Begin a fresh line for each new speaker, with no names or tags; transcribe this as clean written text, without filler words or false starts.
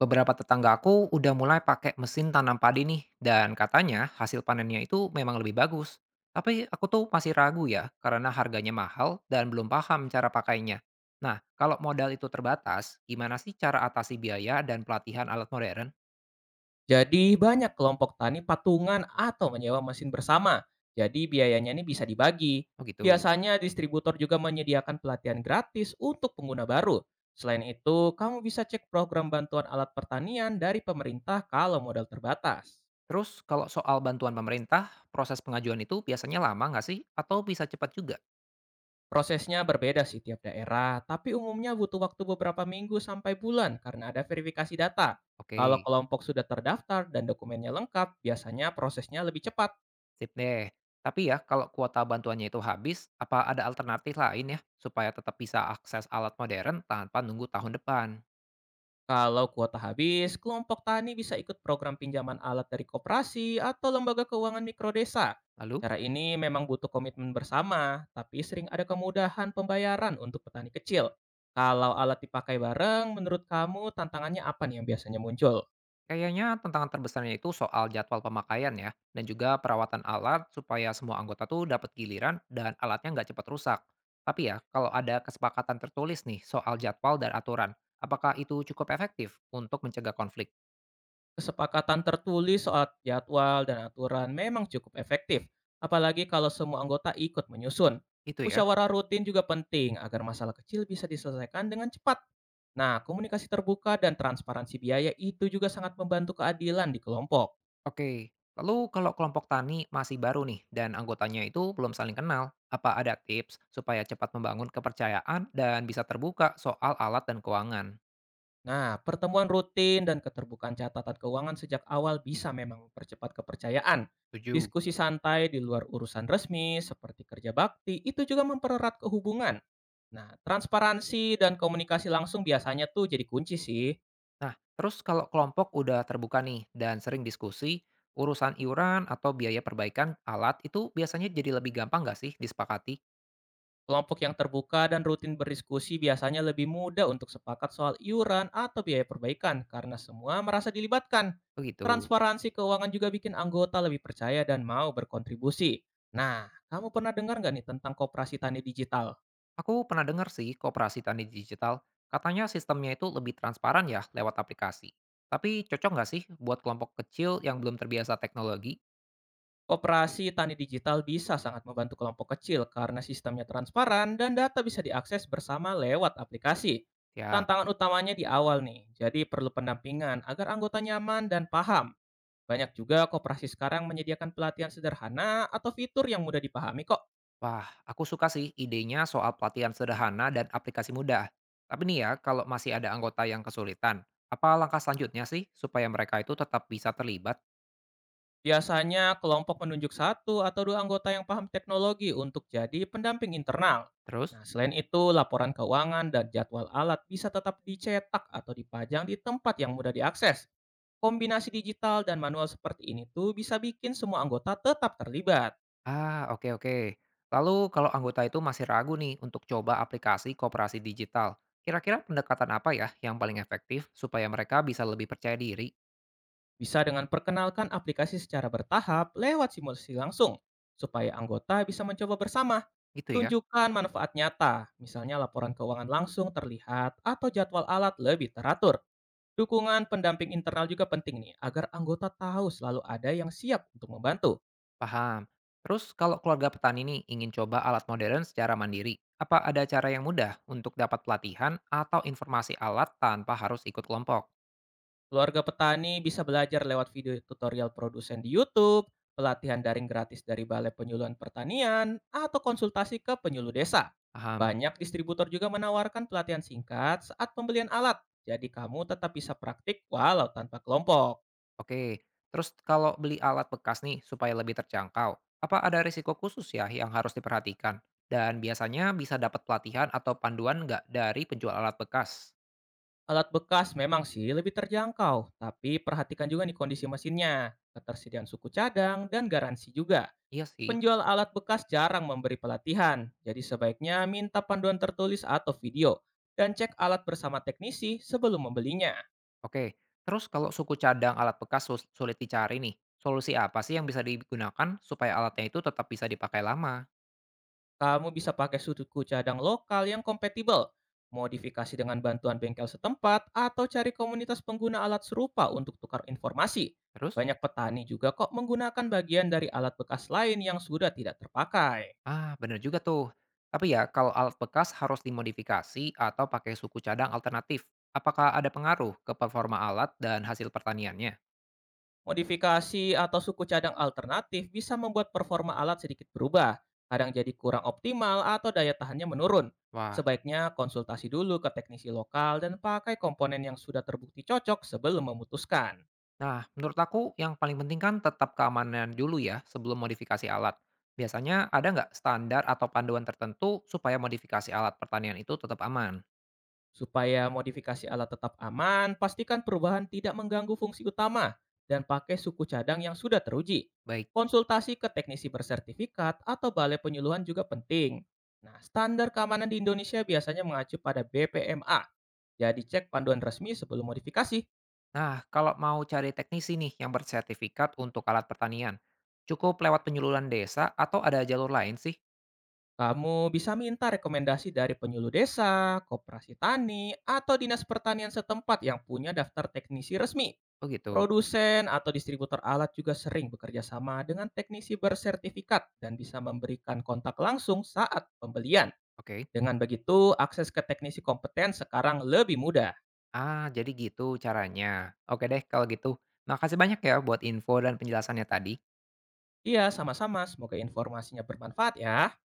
Beberapa tetangga aku udah mulai pakai mesin tanam padi nih, dan katanya hasil panennya itu memang lebih bagus. Tapi aku tuh masih ragu ya, karena harganya mahal dan belum paham cara pakainya. Nah, kalau modal itu terbatas, gimana sih cara atasi biaya dan pelatihan alat modern?
Jadi banyak kelompok tani patungan atau menyewa mesin bersama. Jadi biayanya ini bisa dibagi.
Oh gitu.
Biasanya distributor juga menyediakan pelatihan gratis untuk pengguna baru. Selain itu, kamu bisa cek program bantuan alat pertanian dari pemerintah kalau modal terbatas.
Terus kalau soal bantuan pemerintah, proses pengajuan itu biasanya lama nggak sih? Atau bisa cepat juga?
Prosesnya berbeda sih tiap daerah, tapi umumnya butuh waktu beberapa minggu sampai bulan karena ada verifikasi data. Kalau
Oke.
kelompok sudah terdaftar dan dokumennya lengkap, biasanya prosesnya lebih cepat.
Sip deh. Tapi ya, kalau kuota bantuannya itu habis, apa ada alternatif lain ya supaya tetap bisa akses alat modern tanpa nunggu tahun depan?
Kalau kuota habis, kelompok tani bisa ikut program pinjaman alat dari koperasi atau lembaga keuangan mikrodesa.
Lalu,
Cara ini memang butuh komitmen bersama, tapi sering ada kemudahan pembayaran untuk petani kecil. Kalau alat dipakai bareng, menurut kamu tantangannya apa nih yang biasanya muncul?
kayaknya tantangan terbesarnya itu soal jadwal pemakaian ya, dan juga perawatan alat supaya semua anggota tuh dapat giliran dan alatnya nggak cepat rusak. Tapi ya, kalau ada kesepakatan tertulis nih soal jadwal dan aturan, apakah itu cukup efektif untuk mencegah konflik?
Kesepakatan tertulis soal jadwal dan aturan memang cukup efektif, apalagi kalau semua anggota ikut menyusun.
Itu ya.
Musyawarah rutin juga penting agar masalah kecil bisa diselesaikan dengan cepat. Nah, komunikasi terbuka dan transparansi biaya itu juga sangat membantu keadilan di kelompok.
Oke, lalu kalau kelompok tani masih baru nih dan anggotanya itu belum saling kenal, apa ada tips supaya cepat membangun kepercayaan dan bisa terbuka soal alat dan keuangan?
Nah, pertemuan rutin dan keterbukaan catatan keuangan sejak awal bisa memang mempercepat kepercayaan.
Setuju.
Diskusi santai di luar urusan resmi seperti kerja bakti itu juga mempererat kehubungan. Nah, transparansi dan komunikasi langsung biasanya tuh jadi kunci sih.
Nah, terus kalau kelompok udah terbuka nih dan sering diskusi, urusan iuran atau biaya perbaikan alat itu biasanya jadi lebih gampang nggak sih disepakati?
Kelompok yang terbuka dan rutin berdiskusi biasanya lebih mudah untuk sepakat soal iuran atau biaya perbaikan karena semua merasa dilibatkan.
Begitu.
Transparansi keuangan juga bikin anggota lebih percaya dan mau berkontribusi. Nah, kamu pernah dengar nggak nih tentang koperasi tani digital?
Aku pernah dengar sih kooperasi tani digital, katanya sistemnya itu lebih transparan ya lewat aplikasi. Tapi cocok nggak sih buat kelompok kecil yang belum terbiasa teknologi?
Koperasi tani digital bisa sangat membantu kelompok kecil karena sistemnya transparan dan data bisa diakses bersama lewat aplikasi.
Ya,
Tantangan utamanya di awal nih, jadi perlu pendampingan agar anggota nyaman dan paham. Banyak juga koperasi sekarang menyediakan pelatihan sederhana atau fitur yang mudah dipahami kok.
wah, aku suka sih idenya soal pelatihan sederhana dan aplikasi mudah. Tapi nih ya, kalau masih ada anggota yang kesulitan, apa langkah selanjutnya sih supaya mereka itu tetap bisa terlibat?
Biasanya kelompok menunjuk satu atau dua anggota yang paham teknologi untuk jadi pendamping internal.
Terus?
Nah, selain itu, laporan keuangan dan jadwal alat bisa tetap dicetak atau dipajang di tempat yang mudah diakses. Kombinasi digital dan manual seperti ini tuh bisa bikin semua anggota tetap terlibat.
Ah, oke oke. Lalu kalau anggota itu masih ragu nih untuk coba aplikasi kooperasi digital, kira-kira pendekatan apa ya yang paling efektif supaya mereka bisa lebih percaya diri?
Bisa dengan perkenalkan aplikasi secara bertahap lewat simulasi langsung, supaya anggota bisa mencoba bersama.
Gitu ya,
Tunjukkan manfaat nyata, misalnya laporan keuangan langsung terlihat atau jadwal alat lebih teratur. Dukungan pendamping internal juga penting nih, agar anggota tahu selalu ada yang siap untuk membantu.
paham. Terus kalau keluarga petani nih ingin coba alat modern secara mandiri, apa ada cara yang mudah untuk dapat pelatihan atau informasi alat tanpa harus ikut kelompok?
Keluarga petani bisa belajar lewat video tutorial produsen di YouTube, pelatihan daring gratis dari Balai Penyuluhan Pertanian, atau konsultasi ke penyuluh desa.
Paham.
Banyak distributor juga menawarkan pelatihan singkat saat pembelian alat, jadi kamu tetap bisa praktik walau tanpa kelompok.
Oke, terus kalau beli alat bekas nih supaya lebih terjangkau, apa ada risiko khusus ya yang harus diperhatikan? Dan biasanya bisa dapat pelatihan atau panduan nggak dari penjual alat bekas?
Alat bekas memang sih lebih terjangkau, tapi perhatikan juga nih kondisi mesinnya, ketersediaan suku cadang, dan garansi juga.
Iya sih.
Penjual alat bekas jarang memberi pelatihan, jadi sebaiknya minta panduan tertulis atau video, dan cek alat bersama teknisi sebelum membelinya.
Oke, terus kalau suku cadang alat bekas sulit dicari nih, solusi apa sih yang bisa digunakan supaya alatnya itu tetap bisa dipakai lama?
Kamu bisa pakai suku cadang lokal yang kompatibel, modifikasi dengan bantuan bengkel setempat, atau cari komunitas pengguna alat serupa untuk tukar informasi.
Terus?
Banyak petani juga kok menggunakan bagian dari alat bekas lain yang sudah tidak terpakai.
Ah, bener juga tuh. Tapi ya, kalau alat bekas harus dimodifikasi atau pakai suku cadang alternatif, apakah ada pengaruh ke performa alat dan hasil pertaniannya?
Modifikasi atau suku cadang alternatif bisa membuat performa alat sedikit berubah, kadang jadi kurang optimal atau daya tahannya menurun.
Wah,
Sebaiknya konsultasi dulu ke teknisi lokal dan pakai komponen yang sudah terbukti cocok sebelum memutuskan.
nah, menurut aku yang paling penting kan tetap keamanan dulu ya sebelum modifikasi alat. Biasanya ada nggak standar atau panduan tertentu supaya modifikasi alat pertanian itu tetap aman?
Supaya modifikasi alat tetap aman, pastikan perubahan tidak mengganggu fungsi utama dan pakai suku cadang yang sudah teruji.
Baik.
Konsultasi ke teknisi bersertifikat atau balai penyuluhan juga penting. Nah, standar keamanan di Indonesia biasanya mengacu pada BPMA. Jadi cek panduan resmi sebelum modifikasi.
Nah, kalau mau cari teknisi nih yang bersertifikat untuk alat pertanian, cukup lewat penyuluhan desa atau ada jalur lain sih?
Kamu bisa minta rekomendasi dari penyuluh desa, koperasi tani, atau dinas pertanian setempat yang punya daftar teknisi resmi.
Oh gitu.
Produsen atau distributor alat juga sering bekerja sama dengan teknisi bersertifikat dan bisa memberikan kontak langsung saat pembelian.
Oke.
Dengan begitu, akses ke teknisi kompeten sekarang lebih mudah.
Ah, jadi gitu caranya. Oke deh kalau gitu. Makasih banyak ya buat info dan penjelasannya tadi.
Iya, sama-sama. Semoga informasinya bermanfaat ya.